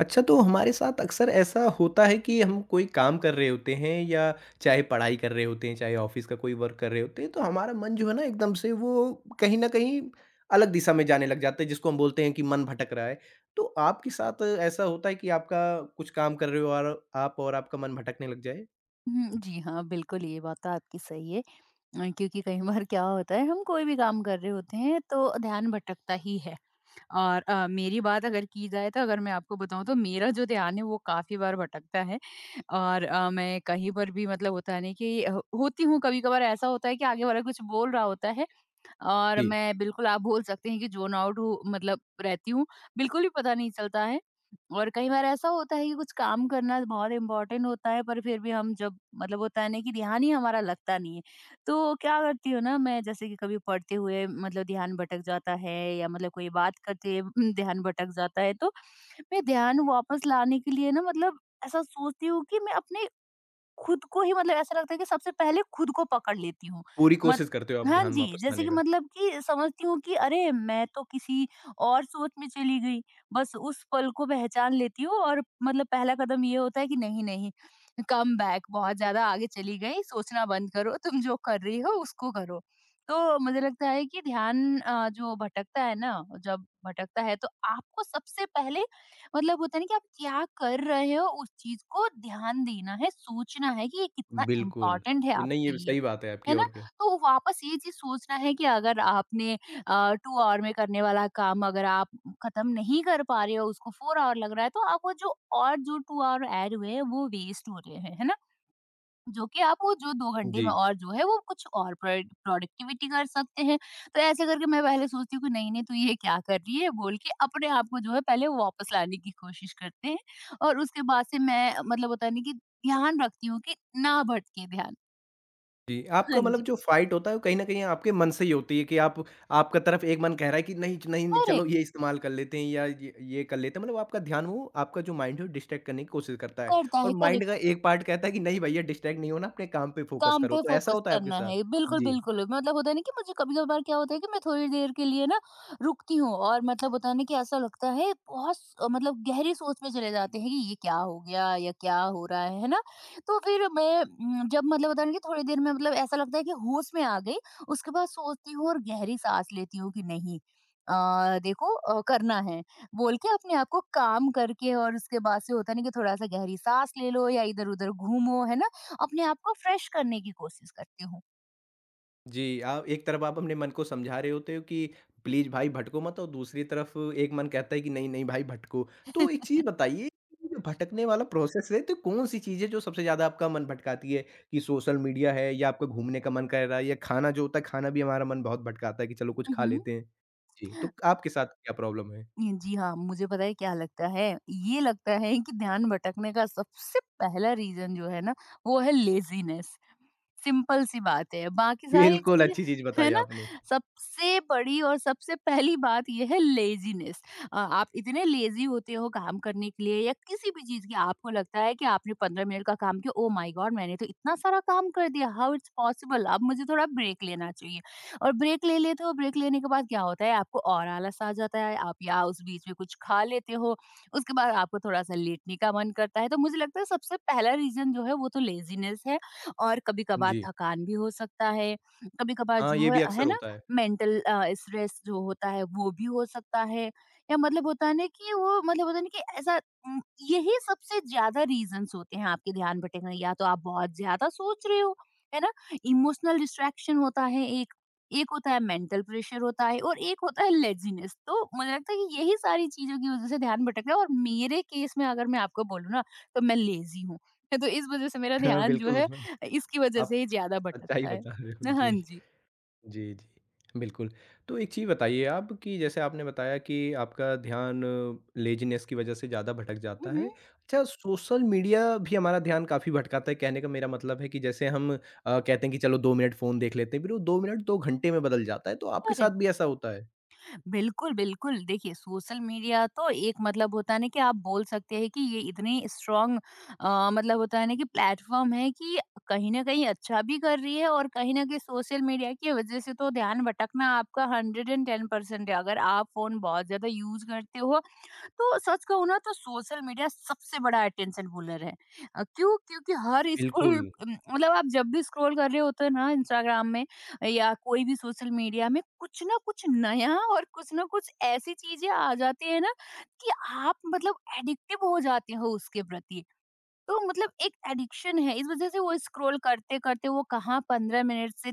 अच्छा, तो हमारे साथ अक्सर ऐसा होता है कि हम कोई काम कर रहे होते हैं या चाहे पढ़ाई कर रहे होते हैं, चाहे ऑफ़िस का कोई वर्क कर रहे होते हैं, तो हमारा मन जो है ना एकदम से वो कहीं न कहीं अलग दिशा में जाने लग जाता है, जिसको हम बोलते हैं कि मन भटक रहा है। तो आपके साथ ऐसा होता है कि आपका कुछ काम कर रहे हो और आप और आपका मन भटकने लग जाए? हुँ, जी हाँ, बिल्कुल ये बात तो आपकी सही है। क्योंकि कई बार क्या होता है हम कोई भी काम कर रहे होते हैं तो ध्यान भटकता ही है। और मेरी बात अगर की जाए तो अगर मैं आपको बताऊँ तो मेरा जो ध्यान है वो काफ़ी बार भटकता है। और मैं कहीं पर भी मतलब होता है नहीं कि ह होती हूँ, कभी-कभार ऐसा होता है कि आगे वाला कुछ बोल रहा होता है और जी। मैं बिल्कुल आप बोल सकते हैं कि ज़ोन आउट हूँ मतलब रहती हूँ, बिल्कुल भी पता नहीं चलता है। और कई बार ऐसा होता है कि कुछ काम करना बहुत इम्पोर्टेंट होता है, पर फिर भी हम जब मतलब होता है ना कि ध्यान ही हमारा लगता नहीं है। तो क्या करती हूँ ना मैं, जैसे कि कभी पढ़ते हुए मतलब ध्यान भटक जाता है या मतलब कोई बात करते हुए ध्यान भटक जाता है, तो मैं ध्यान वापस लाने के लिए ना मतलब ऐसा सोचती हूँ कि मैं अपने खुद को ही मतलब ऐसा लगता है कि सबसे पहले खुद को पकड़ लेती हूँ। पूरी मत कोशिश करते हो आप हाँ ध्यान जी, वापस जैसे लाने कि का। मतलब कि समझती हूँ कि अरे! मैं तो किसी और सोच में चली गई। बस उस पल को पहचान लेती हूँ और मतलब पहला कदम ये होता है कि नहीं, नहीं, कम बैक, बहुत ज़्यादा आगे चली गई, सोचना बंद करो, तुम जो कर रही हो उसको करो। तो मुझे लगता है कि ध्यान जो भटकता है ना, जब भटकता है तो आपको सबसे पहले मतलब होता है ना कि आप क्या कर रहे हो उस चीज को ध्यान देना है, सोचना है कि ये कितना बिल्कुल, इम्पोर्टेंट है ये नहीं आपके ये लिए, सही बात है है आपकी ना? और क्या। तो वापस ये चीज़ सोचना है कि अगर आपने 2 आवर में करने वाला काम अगर आप खत्म नहीं कर पा रहे हो, उसको 4 आवर लग रहा है, तो आप वो जो 2 आवर ऐड हुए हैं वो वेस्ट हो रहे हैं, है ना? जो कि आप वो जो 2 घंटे जी। में और जो है वो कुछ और प्रोडक्टिविटी कर सकते हैं। तो ऐसे करके मैं पहले सोचती हूँ कि नहीं-नहीं तू ये क्या कर रही है, बोल के अपने आप को जो है पहले वापस लाने की कोशिश करते हैं, और उसके बाद से मैं मतलब होता है ना कि ध्यान रखती हूँ कि ना भटके ध्यान। जी, आपका हाँ मतलब जी। जो फ़ाइट होता है वो कहीं न कहीं आपके मन से ही होती है कि आप आपका तरफ एक मन कह रहा है कि नहीं, नहीं नहीं, चलो ये करेक्ट। इस्तेमाल कर लेते हैं या ये कर लेते हैं मतलब आपका ध्यान वो आपका जो माइंड है वो डिस्ट्रैक्ट करने की कोशिश करता है करता और है, माइंड का करेक्ट। एक पार्ट कहता है कि नहीं भैया डिस्ट्रैक्ट नहीं होना अपने काम पे फ़ोकस काम करो, पे तो ऐसा फ़ोकस होता है आपके करना साथ? है। बिल्कुल, जी। बिल्कुल। मतलब होता है ना कि मुझे कभी-कभार क्या होता है कि मैं थोड़ी देर के लिए ना रुकती हूँ और मतलब होता है ना कि ऐसा लगता है बहुत स मतलब गहरी सोच में चले जाते हैं कि ये क्या हो गया या क्या हो रहा है ना? तो फिर मैं जब मतलब होता है ना कि थोड़ी देर में मतलब ऐसा लगता है कि होश में आ गई, उसके बाद सोचती हूँ और गहरी साँस लेती हूँ कि नहीं देखो करना है, बोल के अपने आप को काम करके, और उसके बाद से होता है ना कि थोड़ा-सा गहरी साँस ले लो या इधर-उधर घूमो, है ना? अपने आप को फ्रेश करने की कोशिश करती हूँ। जी, आप एक तरफ आप अपने मन को समझा रहे होते हो कि प्लीज़ भाई भटको मत और दूसरी तरफ एक मन कहता है कि नहीं, नहीं भाई भटको। तो एक चीज़ बताइए कि जो भटकने वाला प्रोसेस है तो कौन-सी चीज़ें जो सबसे ज़्यादा आपका मन भटकाती है? कि सोशल मीडिया है या आपका घूमने का मन कर रहा है या खाना जो होता है खाना भी हमारा मन बहुत भटकाता है कि चलो कुछ हुँ, खा हुँ। लेते हैं। जी, तो आपके साथ क्या प्रॉब्लम है? जी हाँ, मुझे पता है क्या लगता है? ये लगता है कि ध्यान भटकने का सबसे पहला रीज़न जो है ना, वो है लेज़ीनेस। सिंपल सी बात है। बाकी सारी बिल्कुल, चीज़ें, अच्छी चीज़ है बताई ना? आपने। सबसे बड़ी और सबसे पहली बात ये है लेज़ीनेस। आप इतने लेज़ी होते हो काम करने के लिए या किसी भी चीज़ की, आपको लगता है कि आपने 15 मिनट का काम किया, ओह माय गॉड! मैंने तो इतना सारा काम कर दिया, हाउ इट्स पॉसिबल? अब मुझे थोड़ा ब्रेक लेना चाहिए, और ब्रेक ले लेते हो। ब्रेक लेने के बाद क्या होता है आपको और आलस आ जाता है, आप या उस बीच में कुछ खा लेते हो, उसके बाद आपको थोड़ा-सा लेटने का मन करता है। तो मुझे लगता है सबसे पहला रीज़न जो है वो तो लेज़ीनेस है और कभी-कभार जी। थकान भी हो सकता है, कभी-कभार हाँ, ये जो भी अक्सर है ना, होता है। मेंटल स्ट्रेस जो होता है वो भी हो सकता है, या मतलब होता है ना कि वो मतलब होता है ना कि ऐसा उम, यही सबसे ज़्यादा रीज़न्स होते हैं आपके ध्यान भटकने, या तो आप बहुत ज़्यादा सोच रहे हो, है ना? इमोशनल डिस्ट्रैक्शन होता है एक, एक होता है मेंटल प्रेशर होता है, और एक होता है लेज़ीनेस। तो मुझे लगता है कि यही सारी चीज़ों की वज़ह से ध्यान भटक रहा है, और मेरे केस में अगर मैं आपको बोलूँ ना, तो मैं लेज़ी हूँ। तो इस वज़ह से मेरा हाँ, ध्यान जो बिल्कुल, है इसकी वजह से आप ही ज़्यादा सच्चाई भटकता है। बता रहे हो। हाँ जी। जी। जी, जी। बिल्कुल, तो एक चीज़ बताइए आप कि जैसे आपने बताया कि आपका ध्यान लेज़ीनेस की वजह से ज़्यादा भटक हुँ, जाता है। हुँ। अच्छा सोशल मीडिया भी हमारा ध्यान काफ़ी भटकाता है, कहने का मेरा मतलब है कि जैसे हम कहते हैं कि चलो 2 मिनट फ़ोन देख लेते हैं, फिर वो 2 मिनट 2 घंटे में बदल जाता है, तो आपके साथ करेक्ट। भी ऐसा होता है? बिल्कुल, बिल्कुल। देखिए सोशल मीडिया तो एक मतलब होता है ना कि आप बोल सकते हैं कि ये इतनी स्ट्रॉन्ग मतलब होता है ना कि प्लेटफ़ॉर्म है कि कहीं न कहीं अच्छा भी कर रही है और कहीं न कहीं सोशल मीडिया की वजह से तो ध्यान भटकना आपका 110% है। अगर आप फ़ोन बहुत ज़्यादा यूज़ करते हो तो सच कहूँ ना, तो सोशल मीडिया सबसे बड़ा अटेंशन पुलर है। क्यों? क्योंकि हर स्कूल बिल्कुल। मतलब आप जब भी स्क्रॉल कर रहे होते हो ना इंस्टाग्राम में या कोई भी सोशल मीडिया में, कुछ ना कुछ नया और कुछ ना कुछ ऐसी चीज़ें आ जाती है ना कि आप मतलब एडिक्टिव हो जाते हो उसके प्रति। तो मतलब एक एडिक्शन है, इस वज़ह से वो स्क्रॉल करते-करते वो कहाँ 15 मिनट से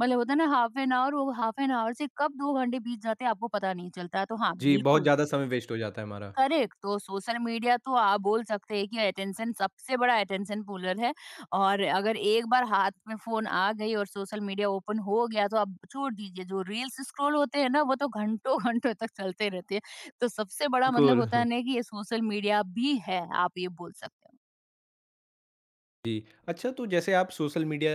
मतलब होता है ना हाफ एन आवर, वो हाफ एन आवर से कब 2 घंटे बीत जाते हैं आपको पता नहीं चलता है। तो हाँ, जी, बहुत बिल्कुल। ज़्यादा समय वेस्ट हो जाता है हमारा। करेक्ट। तो सोशल मीडिया तो आप बोल सकते हैं कि अटेंशन, सबसे बड़ा अटेंशन पुलर है, और अगर एक बार हाथ में फोन आ गई और सोशल मीडिया ओपन हो गया तो आप छोड़ दीजिए, जो रील्स स्क्रॉल होते हैं ना वो तो घंटों घंटों तक चलते रहते हैं। तो सबसे बड़ा मतलब बिल्कुल। होता है ना कि ये सोशल मीडिया भी है, आप ये बोल सकते हो। जी। अच्छा तो जैसे आप सोशल मीडिया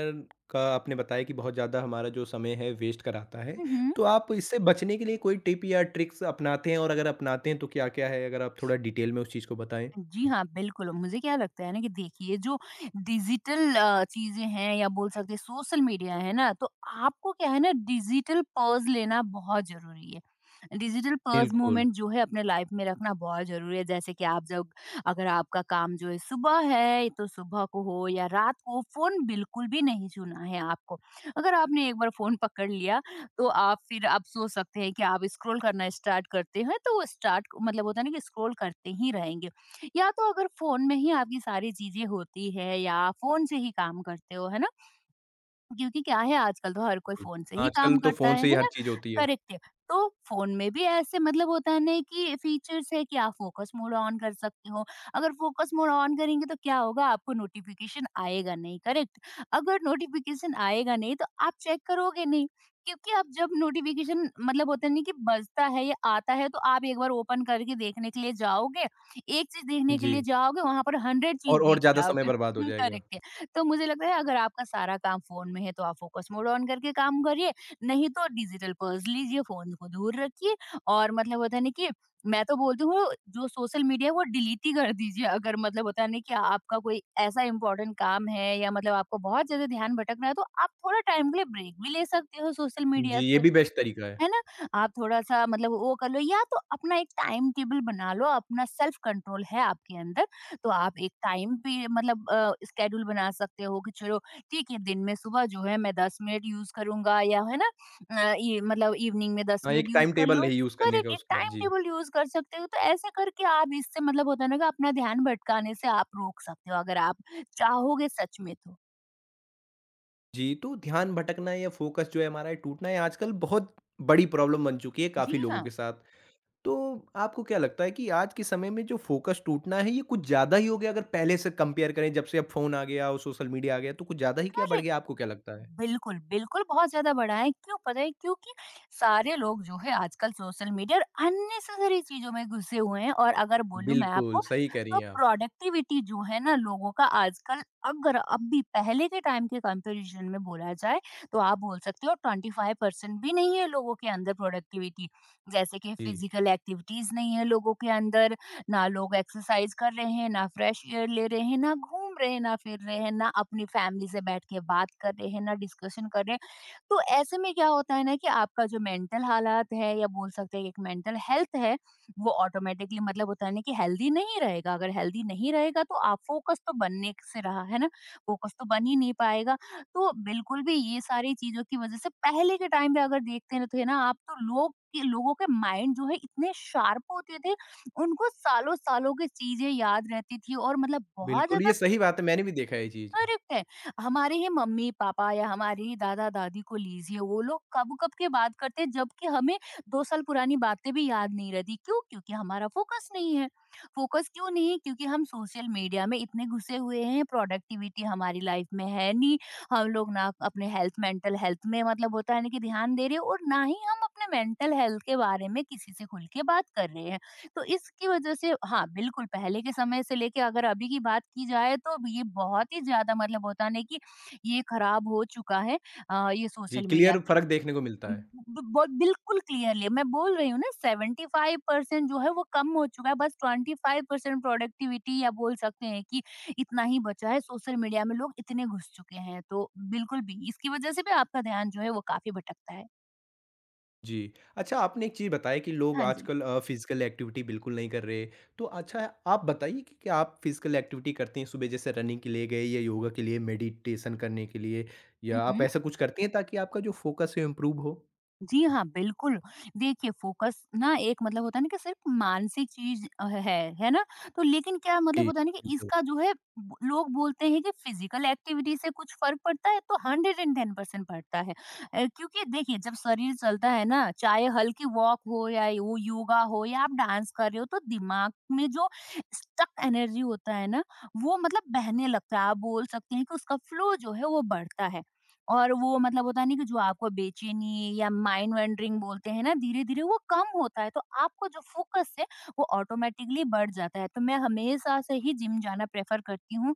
का आपने बताया कि बहुत ज़्यादा हमारा जो समय है वेस्ट कराता है, हम्म। तो आप इससे बचने के लिए कोई टिप या ट्रिक्स अपनाते हैं और अगर अपनाते हैं तो क्या-क्या है? अगर आप थोड़ा डिटेल में उस चीज़ को बताएँ। जी हाँ, बिल्कुल, मुझे क्या लगता है ना कि देखिए, जो डिजिटल चीज़ें हैं या बोल सकते हैं सोशल मीडिया है ना, तो आपको क्या है ना, डिजिटल पॉज़ लेना बहुत ज़रूरी है। डिजिटल पॉज़ बिल्कुल, मूवमेंट जो है अपने लाइफ़ में रखना बहुत ज़रूरी है, जैसे कि आप जब, अगर आपका काम जो है सुबह है, तो सुबह को हो या रात को फ़ोन बिल्कुल भी नहीं छूना है आपको। अगर आपने एक बार फ़ोन पकड़ लिया, तो आप फिर आप सोच सकते हैं कि आप स्क्रॉल करना स्टार्ट करते हैं, तो वो स्टार्ट मतलब होता है ना कि स्क्रॉल करते ही रहेंगे। या तो अगर फ़ोन में ही आपकी सारी चीज़ें होती है या फ़ोन से ही काम करते हो, है ना? क्योंकि क्या है, आजकल तो हर कोई बिल्कुल। फ़ोन से ही आजकल काम तो करता फ़ोन से ही है हर ना? चीज़ होती है। करेक्ट है। तो फ़ोन में भी ऐसे मतलब होता है ना कि फीचर्स है कि आप फ़ोकस मोड ऑन कर सकते हो। अगर फ़ोकस मोड ऑन करेंगे तो क्या होगा, आपको नोटिफ़िकेशन आएगा नहीं, करेक्ट? अगर नोटिफ़िकेशन आएगा नहीं तो आप चेक करोगे नहीं, क्योंकि आप जब नोटिफ़िकेशन मतलब होता है ना कि बजता है या आता है, तो आप एक बार ओपन करके देखने के लिए जाओगे, एक चीज़ देखने के लिए जी, जाओगे, वहाँ पर 100 चीज़ और देख के ज़्यादा समय आओगे। बर्बाद हो हुँ, जाएगा। करेक्ट है। तो मुझे लगता है अगर आपका सारा काम फ़ोन में है तो आप फ़ोकस मोड ऑन करके काम करिए, नहीं तो डिजिटल पर्स लीजिए, फ़ोन को दूर रखिए, और मतलब होता है ना कि मैं तो बोलती हूँ जो सोशल मीडिया है वो डिलीट ही कर दीजिए, अगर मतलब होता है ना कि आपका कोई ऐसा इम्पोर्टेंट काम है या मतलब आपको बहुत ज़्यादा ध्यान भटक रहा है, तो आप थोड़ा टाइम के लिए ब्रेक भी ले सकते हो सोशल मीडिया जी, ये से। भी बेस्ट तरीका है। है ना? आप थोड़ा-सा मतलब वो कर लो, या तो अपना एक टाइम टेबल बना लो, अपना सेल्फ कंट्रोल है आपके अंदर, तो आप एक टाइम पे मतलब स्केड्यूल बना सकते हो कि चलो ठीक है, दिन में सुबह जो है मैं 10 मिनट यूज़ करूँगा, या है ना ये मतलब इवनिंग में 10 हाँ, एक मिनट यूज़ टाइम कर टेबल लो। है यूज़ करने का करेक्ट, एक उसका। टाइम जी। टेबल यूज़ कर सकते हो, तो ऐसे करके आप इससे मतलब होता है ना कि अपना ध्यान भटकाने से आप रोक सकते हो, अगर आप चाहोगे सच में तो। जी, तो ध्यान भटकना या फ़ोकस जो है हमारा ये टूटना ये आजकल बहुत बड़ी प्रॉब्लम बन चुकी है जी काफ़ी लोगों हाँ, के साथ। तो आपको क्या लगता है कि आज के समय में जो फ़ोकस टूटना है ये कुछ ज़्यादा ही हो गया अगर पहले से कंपेयर करें जब से अब फ़ोन आ गया और सोशल मीडिया आ गया तो कुछ ज़्यादा ही क्या बढ़ करेक्ट। गया आपको क्या लगता है? बिल्कुल, बिल्कुल बहुत ज़्यादा बढ़ा है। क्यों पता है? क्योंकि सारे लोग जो है आजकल सोशल मीडिया और अननेसेसरी चीज़ों में घुसे हुए हैं, और अगर बोलूँ मैं बिल्कुल, आपको सही कह रही तो हैं आप। प्रोडक्टिविटी जो है ना लोगों का आजकल, अगर अब भी पहले के टाइम के कंपैरिज़न में बोला जाए तो आप बोल सकते हो 25% भी नहीं है लोगों के अंदर प्रोडक्टिविटी। जैसे कि जी। फिज़िकल एक्टिविटीज़ नहीं है लोगों के अंदर, ना लोग एक्सरसाइज कर रहे हैं, ना फ्रेश एयर ले रहे हैं, ना घूम रहे हैं, ना फिर रहे हैं, ना अपनी फैमिली से बैठ के बात कर रहे हैं, ना डिस्कशन कर रहे हैं। तो ऐसे में क्या होता है ना कि आपका जो मेंटल हालात है, या बोल सकते हैं कि एक मेंटल हेल्थ है, वो ऑटोमेटिकली मतलब होता है ना कि हेल्दी नहीं रहेगा। अगर हेल्दी नहीं रहेगा तो आप फोकस तो बनने से रहा, है ना? फोकस तो बन ही नहीं पाएगा। तो बिल्कुल भी ये सारी चीज़ों की वजह से पहले के टाइम पे अगर देखते हैं ना तो है ना, आप तो लोगों के माइंड जो है इतने शार्प होते थे, उनको सालों-सालों की चीज़ें याद रहती थी और मतलब बहुत बिल्कुल, ये ज़्यादा सही बात है मैंने भी देखा है ये चीज़। करेक्ट है। हमारे ही मम्मी-पापा या हमारे ही दादा-दादी को लीजिए, वो लोग कब-कब की बात करते हैं, जबकि हमें 2 साल पुरानी बातें भी याद नहीं रहती। क्यों? क्योंकि हमारा फोकस नहीं है। फोकस क्यों नहीं है? क्योंकि हम सोशल मीडिया में इतने घुसे हुए हैं, प्रोडक्टिविटी हमारी लाइफ में है नहीं। हम लोग ना अपने हेल्थ, मेंटल हेल्थ में मतलब होता है ना कि ध्यान दे रहे हैं, और ना ही हम अपने मेंटल हेल्थ के बारे में किसी से खुल के बात कर रहे हैं। तो इसकी वजह से हाँ, बिल्कुल पहले के समय से लेके अगर अभी की बात की जाए तो ये बहुत ही ज़्यादा मतलब होता है ना कि ये खराब हो चुका है, ये जी, सोशल मीडिया क्लियर की। फ़र्क देखने को मिलता है। ब ब बिल्कुल क्लियरली मैं बोल रही हूँ ना, 75% जो है वो कम हो चुका है, बस 25% प्रोडक्टिविटी या बोल सकते हैं कि इतना ही बचा है, सोशल मीडिया में लोग इतने घुस चुके हैं। तो बिल्कुल भी इसकी वजह से भी आपका ध्यान जो है वो काफ़ी भटकता है। जी। अच्छा आपने एक चीज़ बताई कि लोग हाँ जी। आजकल फ़िज़िकल एक्टिविटी बिल्कुल नहीं कर रहे। तो अच्छा आप बताइए कि क्या आप फ़िज़िकल एक्टिविटी करती हैं सुबह जैसे रनिंग के लिए गए या योगा के लिए, मेडिटेशन करने के लिए या आप ऐसा कुछ करती हैं ताकि आपका जो फ़ोकस है इम्प्रूव हो? जी हाँ, बिल्कुल। देखिए फ़ोकस ना एक मतलब होता है ना कि सिर्फ़ मानसिक चीज़ है ना? तो लेकिन क्या मतलब जी, होता है ना कि बिल्कुल। इसका जो है, ब लोग बोलते हैं कि फ़िज़िकल एक्टिविटी से कुछ फ़र्क पड़ता है तो 110% पड़ता है। क्योंकि देखिए जब शरीर चलता है ना, चाहे हल्की वॉक हो या वो योगा हो या आप डांस कर रहे हो, तो दिमाग में जो स्टक एनर्जी होता है ना, वो मतलब बहने लगता है। आप बोल सकते हैं कि उसका फ्लो जो है वो बढ़ता है। और वो मतलब होता नहीं कि जो आपको बेचैनी या माइंड वैंडरिंग बोलते हैं ना, धीरे-धीरे वो कम होता है, तो आपको जो फ़ोकस है वो ऑटोमैटिकली बढ़ जाता है। तो मैं हमेशा से ही जिम जाना प्रेफ़र करती हूँ,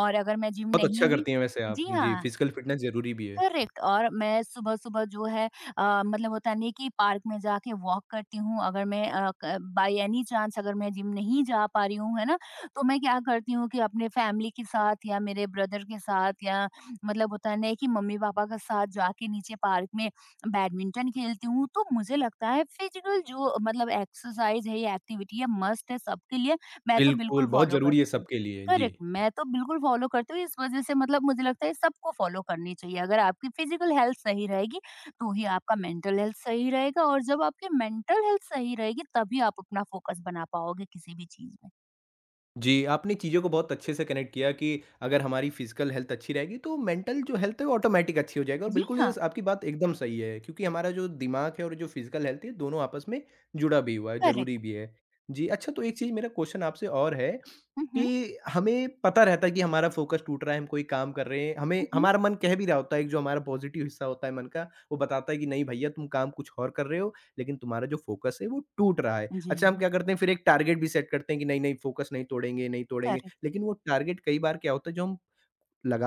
और अगर मैं जिम बहुत अच्छा नहीं भी। करती हैं वैसे आप। जी जी, हाँ। फिज़िकल फ़िटनेस ज़रूरी भी है। करेक्ट, और मैं सुबह-सुबह जो है मतलब होता नहीं कि पार्क में जाके वॉक करती हूँ, अगर मैं अ, क बाय एनी चांस अगर मैं जिम नहीं जा पा रही हूँ, है ना? तो मैं क्या करती हूँ कि अपने फैमिली के साथ, या मेरे ब्रदर के साथ, या मतलब होता है ना कि मम्मी-पापा के साथ जाके नीचे पार्क में बैडमिंटन खेलती हूँ। तो मुझे लगता है फिजिकल जो मतलब एक्सरसाइज़ है या एक्टिविटी है, मस्ट है सबके लिए, मैं तो बिल्कुल, बिल्कुल बहुत फ़ॉलो ज़रूरी है करती हूँ। सबके लिए। जी। करेक्ट, मैं तो बिल्कुल फ़ॉलो करती हूँ, इस वज़ह से मतलब मुझे लगता है सबको फ़ॉलो करनी चाहिए। अगर आपकी फ़िज़िकल हेल्थ सही रहेगी, तो ही आपका मेंटल हेल्थ सही रहेगा, और जब आपकी मेंटल हेल्थ सही रहेगी, तभी आप अपना फ़ोकस बना पाओगे किसी भी चीज़ में। जी, आपने चीज़ों को बहुत अच्छे से कनेक्ट किया कि अगर हमारी फिज़िकल हेल्थ अच्छी रहेगी तो मेंटल जो हेल्थ है वो ऑटोमैटिक अच्छी हो जाएगी और जी बिल्कुल ये हाँ, स आपकी बात एकदम सही है क्योंकि हमारा जो दिमाग है और जो फिज़िकल हेल्थ है दोनों आपस में जुड़ा भी हुआ है, ज़रूरी करेक्ट। भी है। जी, अच्छा तो एक चीज़ मेरा क्वेश्चन आपसे और है हुँ, हुँ। कि हमें पता रहता है कि हमारा फ़ोकस टूट रहा है, हम कोई काम कर रहे हैं, हमें हुँ, हुँ। हमारा मन कह भी रहा होता है एक जो हमारा पॉज़िटिव हिस्सा होता है मन का, वो बताता है कि नहीं भैया तुम काम कुछ और कर रहे हो, लेकिन तुम्हारा जो फ़ोकस है वो टूट रहा है। जी अच्छा, हम हाँ, क्या करते हैं फिर एक टारगेट भी सेट करते हैं कि नहीं, नहीं फ़ोकस नहीं तोड़ेंगे, नहीं तोड़ेंगे। करेक्ट। लेकिन वो टारगेट कई बार क्या होता है जो हम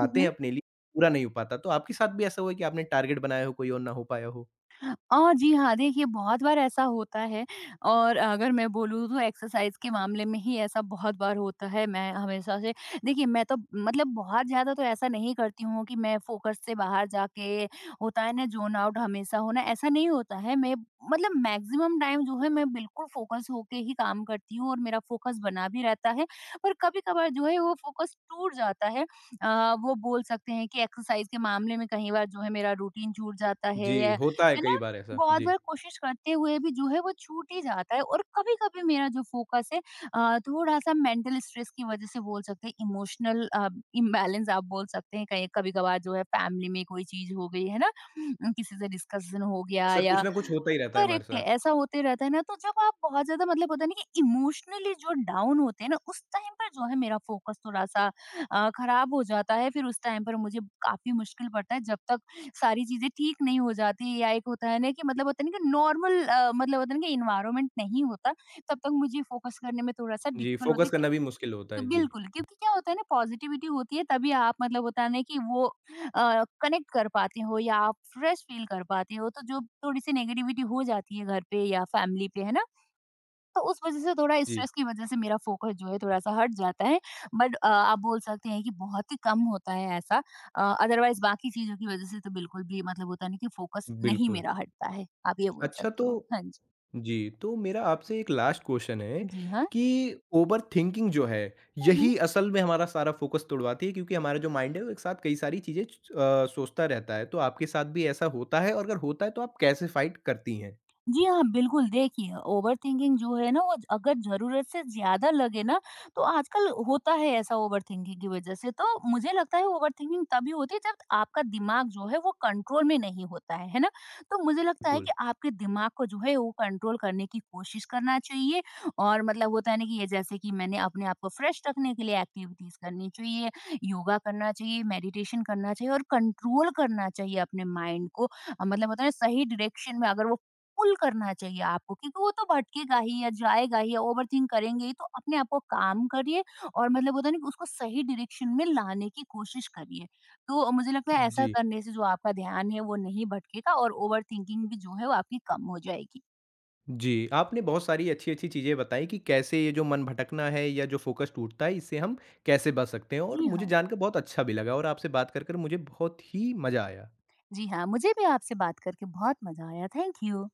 हुँ, हैं हुँ। अपने लिए, पूरा नहीं हो पाता। तो आपके साथ भी ऐसा हुआ है कि आपने टारगेट बनाया हो कोई और ना हो पाया हो? जी हाँ, देखिए बहुत बार ऐसा होता है, और अगर मैं बोलूँ तो एक्सरसाइज़ के मामले में ही ऐसा बहुत बार होता है। मैं हमेशा से, देखिए मैं तो मतलब बहुत ज़्यादा तो ऐसा नहीं करती हूँ कि मैं फ़ोकस से बाहर जाके, होता है ना ज़ोन आउट हमेशा होना, ऐसा नहीं होता है। मैं मतलब मैक्सिमम टाइम जो है, मैं बिल्कुल फ़ोकस होके ही काम करती हूँ और मेरा फ़ोकस बना भी रहता है। पर कभी-कभार जो है वो फ़ोकस टूट जाता है। वो बोल सकते हैं कि एक्सरसाइज़ के मामले में कई बार जो है मेरा रूटीन छूट जाता जी, है, या होता है है कई ना? बार ऐसा। बहुत जी, बार कोशिश करते हुए भी जो है वो छूट ही जाता है, और कभी-कभी मेरा जो फ़ोकस है थोड़ा-सा मेंटल स्ट्रेस की वज़ह से, बोल सकते हैं इमोशनल इम्बैलेंस आप बोल सकते हैं, कहीं कभी-कभार जो है फैमिली में कोई चीज़ हो गई, है ना? किसी से डिस्कशन हो गया अक्सर कुछ या। ना कुछ होता ही रहता है हमारे करेक्ट है, साथ। ऐसा होते रहता है ना, तो जब आप बहुत ज़्यादा मतलब होता है ना कि इमोशनली जो डाउन होते हैं ना, उस टाइम पर जो है मेरा फ़ोकस थोड़ा-सा ख़राब हो जाता है। फिर उस टाइम पर मुझे काफ़ी मुश्किल पड़ता है, जब तक सारी चीज़ें ठीक नहीं हो जाती, या एक होता है ना कि मतलब होता है ना कि नॉर्मल मतलब होता है ना कि एनवायरनमेंट नहीं होता, तब तक मुझे फ़ोकस करने में थोड़ा-सा जी, डिफ़िकल्ट होता फ़ोकस है कि। करना भी मुश्किल होता तो है। जी, बिल्कुल, क्योंकि क्या होता है ना, पॉज़िटिविटी होती है तभी आप मतलब होता है ना कि वो कनेक्ट कर पाते हो या आप फ्रेश फ़ील कर पाते हो, तो जो थोड़ी-सी नेगेटिविटी हो जाती है घर पे या फैमिली पे, है ना? तो उस वज़ह से थोड़ा जी, स्ट्रेस की वज़ह से मेरा फ़ोकस जो है थोड़ा-सा हट जाता है। बट आप बोल सकते हैं कि बहुत ही कम होता है ऐसा, अदरवाइज़ बाकी चीज़ों की वज़ह से तो बिल्कुल भी मतलब होता है ना कि फ़ोकस नहीं बिल्कुल। मेरा हटता है। आप ये बोल अच्छा सकते तो हो। हाँ जी। जी, तो मेरा आपसे एक लास्ट क्वेश्चन है जी हाँ। कि ओवरथिंकिंग जो है, हुँ, हुँ। यही असल में हमारा सारा फोकस तुड़वाती है क्योंकि हमारा जो माइंड है वो एक साथ कई सारी चीज़ें सोचता रहता है। तो आपके साथ भी ऐसा होता है और अगर होता है तो आप कैसे फाइट करती हैं? जी हाँ, बिल्कुल, देखिए ओवरथिंकिंग जो है ना वो अगर ज़रूरत से ज़्यादा लगे ना, तो आजकल होता है ऐसा ओवरथिंकिंग की वज़ह से। तो मुझे लगता है ओवरथिंकिंग तभी होती है जब आपका दिमाग जो है वो कंट्रोल में नहीं होता है ना? तो मुझे लगता है बिल्कुल। कि आपके दिमाग को जो है वो कंट्रोल करने की कोशिश करना चाहिए, और मतलब होता है ना कि ये, जैसे कि मैंने अपने आप को फ्रेश रखने के लिए एक्टिविटीज़ करनी चाहिए, योगा करना चाहिए, मेडिटेशन करना चाहिए और कंट्रोल करना चाहिए अपने माइंड को। मतलब होता है ना सही डायरेक्शन में अगर वो, पुल करना चाहिए आपको, क्योंकि वो तो भटकेगा ही या जाएगा ही या ओवरथिंक करेंगे ही, तो अपने आप को काम करिए और मतलब होता है ना कि उसको सही डायरेक्शन में लाने की कोशिश करिए। तो मुझे लगता है ऐसा जी, करने से जो आपका ध्यान है वो नहीं भटकेगा, और ओवरथिंकिंग भी जो है वो आपकी कम हो जाएगी। जी, आपने बहुत सारी अच्छी-अच्छी चीज़ें बताई कि कैसे ये जो मन भटकना है या जो फोकस टूटता है इससे हम कैसे बच सकते हैं और जी मुझे हाँ। जानकर बहुत अच्छा भी लगा और आपसे बात कर मुझे बहुत ही मज़ा आया। जी हाँ, मुझे भी आपसे बात करके बहुत मज़ा आया। Thank you.